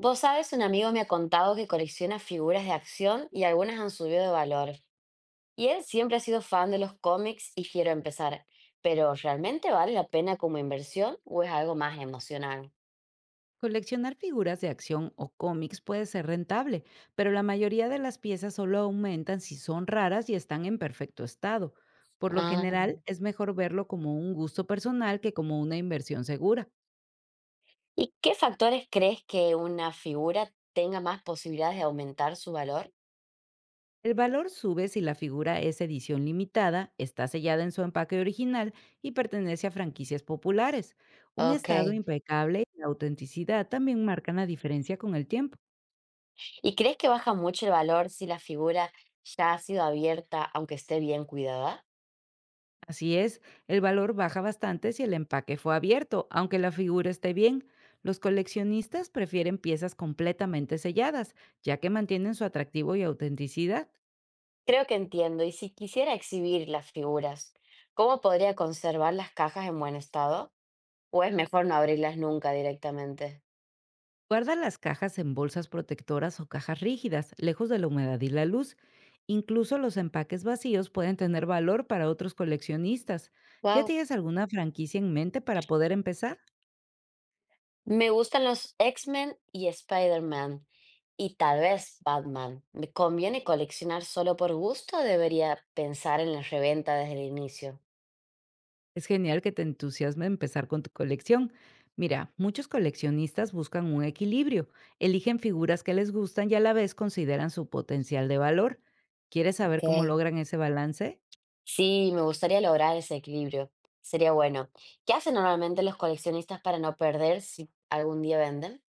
Vos sabes, un amigo me ha contado que colecciona figuras de acción y algunas han subido de valor. Y él siempre ha sido fan de los cómics y quiero empezar. Pero ¿realmente vale la pena como inversión o es algo más emocional? Coleccionar figuras de acción o cómics puede ser rentable, pero la mayoría de las piezas solo aumentan si son raras y están en perfecto estado. Por lo Ah. general, es mejor verlo como un gusto personal que como una inversión segura. ¿Y qué factores crees que una figura tenga más posibilidades de aumentar su valor? El valor sube si la figura es edición limitada, está sellada en su empaque original y pertenece a franquicias populares. Un Ok. estado impecable y la autenticidad también marcan la diferencia con el tiempo. ¿Y crees que baja mucho el valor si la figura ya ha sido abierta aunque esté bien cuidada? Así es, el valor baja bastante si el empaque fue abierto, aunque la figura esté bien. Los coleccionistas prefieren piezas completamente selladas, ya que mantienen su atractivo y autenticidad. Creo que entiendo. Y si quisiera exhibir las figuras, ¿cómo podría conservar las cajas en buen estado? ¿O es mejor no abrirlas nunca directamente? Guarda las cajas en bolsas protectoras o cajas rígidas, lejos de la humedad y la luz. Incluso los empaques vacíos pueden tener valor para otros coleccionistas. ¿Ya Wow. tienes alguna franquicia en mente para poder empezar? Me gustan los X-Men y Spider-Man. Y tal vez Batman. ¿Me conviene coleccionar solo por gusto o debería pensar en la reventa desde el inicio? Es genial que te entusiasme empezar con tu colección. Mira, muchos coleccionistas buscan un equilibrio, eligen figuras que les gustan y a la vez consideran su potencial de valor. ¿Quieres saber Ok. cómo logran ese balance? Sí, me gustaría lograr ese equilibrio. Sería bueno. ¿Qué hacen normalmente los coleccionistas para no perder si algún día venden?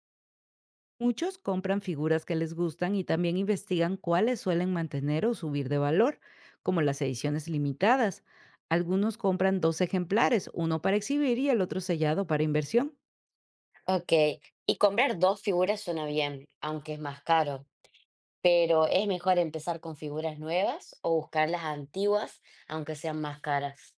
Muchos compran figuras que les gustan y también investigan cuáles suelen mantener o subir de valor, como las ediciones limitadas. Algunos compran dos ejemplares, uno para exhibir y el otro sellado para inversión. Ok, y comprar dos figuras suena bien, aunque es más caro, pero ¿es mejor empezar con figuras nuevas o buscar las antiguas, aunque sean más caras?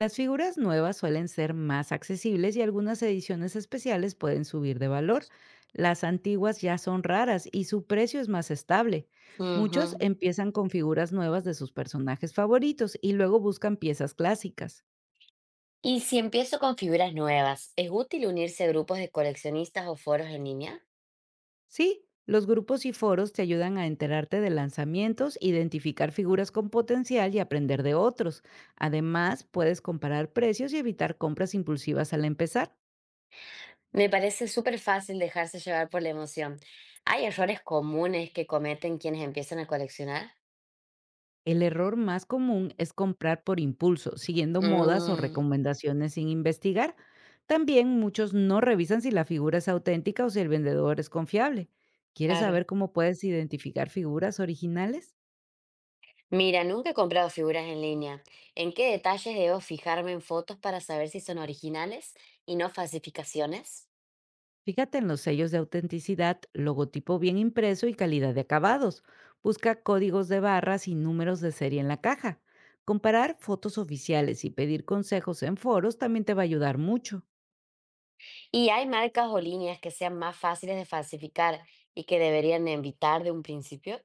Las figuras nuevas suelen ser más accesibles y algunas ediciones especiales pueden subir de valor. Las antiguas ya son raras y su precio es más estable. Muchos Ujú. empiezan con figuras nuevas de sus personajes favoritos y luego buscan piezas clásicas. Y si empiezo con figuras nuevas, ¿es útil unirse a grupos de coleccionistas o foros en línea? Sí, los grupos y foros te ayudan a enterarte de lanzamientos, identificar figuras con potencial y aprender de otros. Además, puedes comparar precios y evitar compras impulsivas al empezar. Me parece súper fácil dejarse llevar por la emoción. ¿Hay errores comunes que cometen quienes empiezan a coleccionar? El error más común es comprar por impulso, siguiendo modas o Mm, recomendaciones sin investigar. También muchos no revisan si la figura es auténtica o si el vendedor es confiable. ¿Quieres saber claro. cómo puedes identificar figuras originales? Mira, nunca he comprado figuras en línea. ¿En qué detalles debo fijarme en fotos para saber si son originales y no falsificaciones? Fíjate en los sellos de autenticidad, logotipo bien impreso y calidad de acabados. Busca códigos de barras y números de serie en la caja. Comparar fotos oficiales y pedir consejos en foros también te va a ayudar mucho. ¿Y hay marcas o líneas que sean más fáciles de falsificar y que deberían evitar de un principio?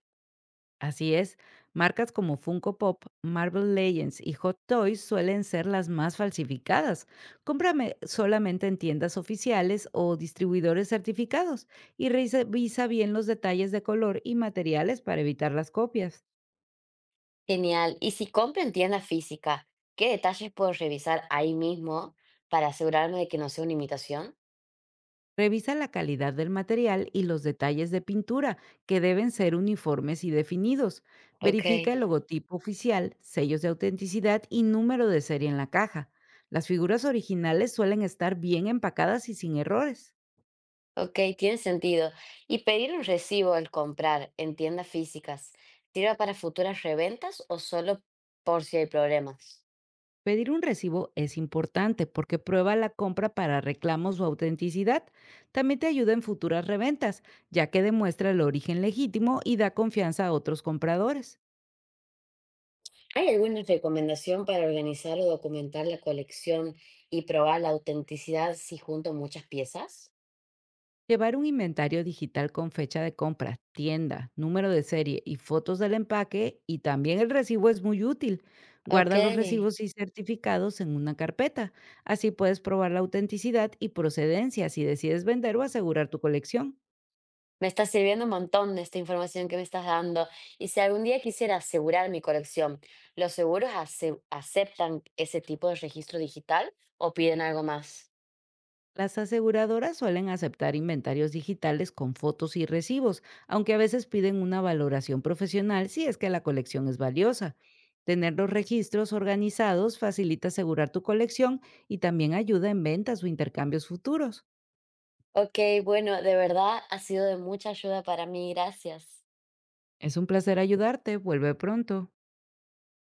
Así es, marcas como Funko Pop, Marvel Legends y Hot Toys suelen ser las más falsificadas. Cómprame solamente en tiendas oficiales o distribuidores certificados y revisa bien los detalles de color y materiales para evitar las copias. Genial. ¿Y si compro en tienda física, qué detalles puedo revisar ahí mismo para asegurarme de que no sea una imitación? Revisa la calidad del material y los detalles de pintura, que deben ser uniformes y definidos. Ok. Verifica el logotipo oficial, sellos de autenticidad y número de serie en la caja. Las figuras originales suelen estar bien empacadas y sin errores. Ok, tiene sentido. ¿Y pedir un recibo al comprar en tiendas físicas sirve para futuras reventas o solo por si hay problemas? Pedir un recibo es importante porque prueba la compra para reclamos o autenticidad. También te ayuda en futuras reventas, ya que demuestra el origen legítimo y da confianza a otros compradores. ¿Hay alguna recomendación para organizar o documentar la colección y probar la autenticidad si junto muchas piezas? Llevar un inventario digital con fecha de compra, tienda, número de serie y fotos del empaque y también el recibo es muy útil. Ok, Guarda los recibos y certificados en una carpeta. Así puedes probar la autenticidad y procedencia si decides vender o asegurar tu colección. me está sirviendo un montón de esta información que me estás dando. Y si algún día quisiera asegurar mi colección, ¿los seguros aceptan ese tipo de registro digital o piden algo más? Las aseguradoras suelen aceptar inventarios digitales con fotos y recibos, aunque a veces piden una valoración profesional si es que la colección es valiosa. Tener los registros organizados facilita asegurar tu colección y también ayuda en ventas o intercambios futuros. Ok, bueno, de verdad ha sido de mucha ayuda para mí, gracias. Es un placer ayudarte. Vuelve pronto.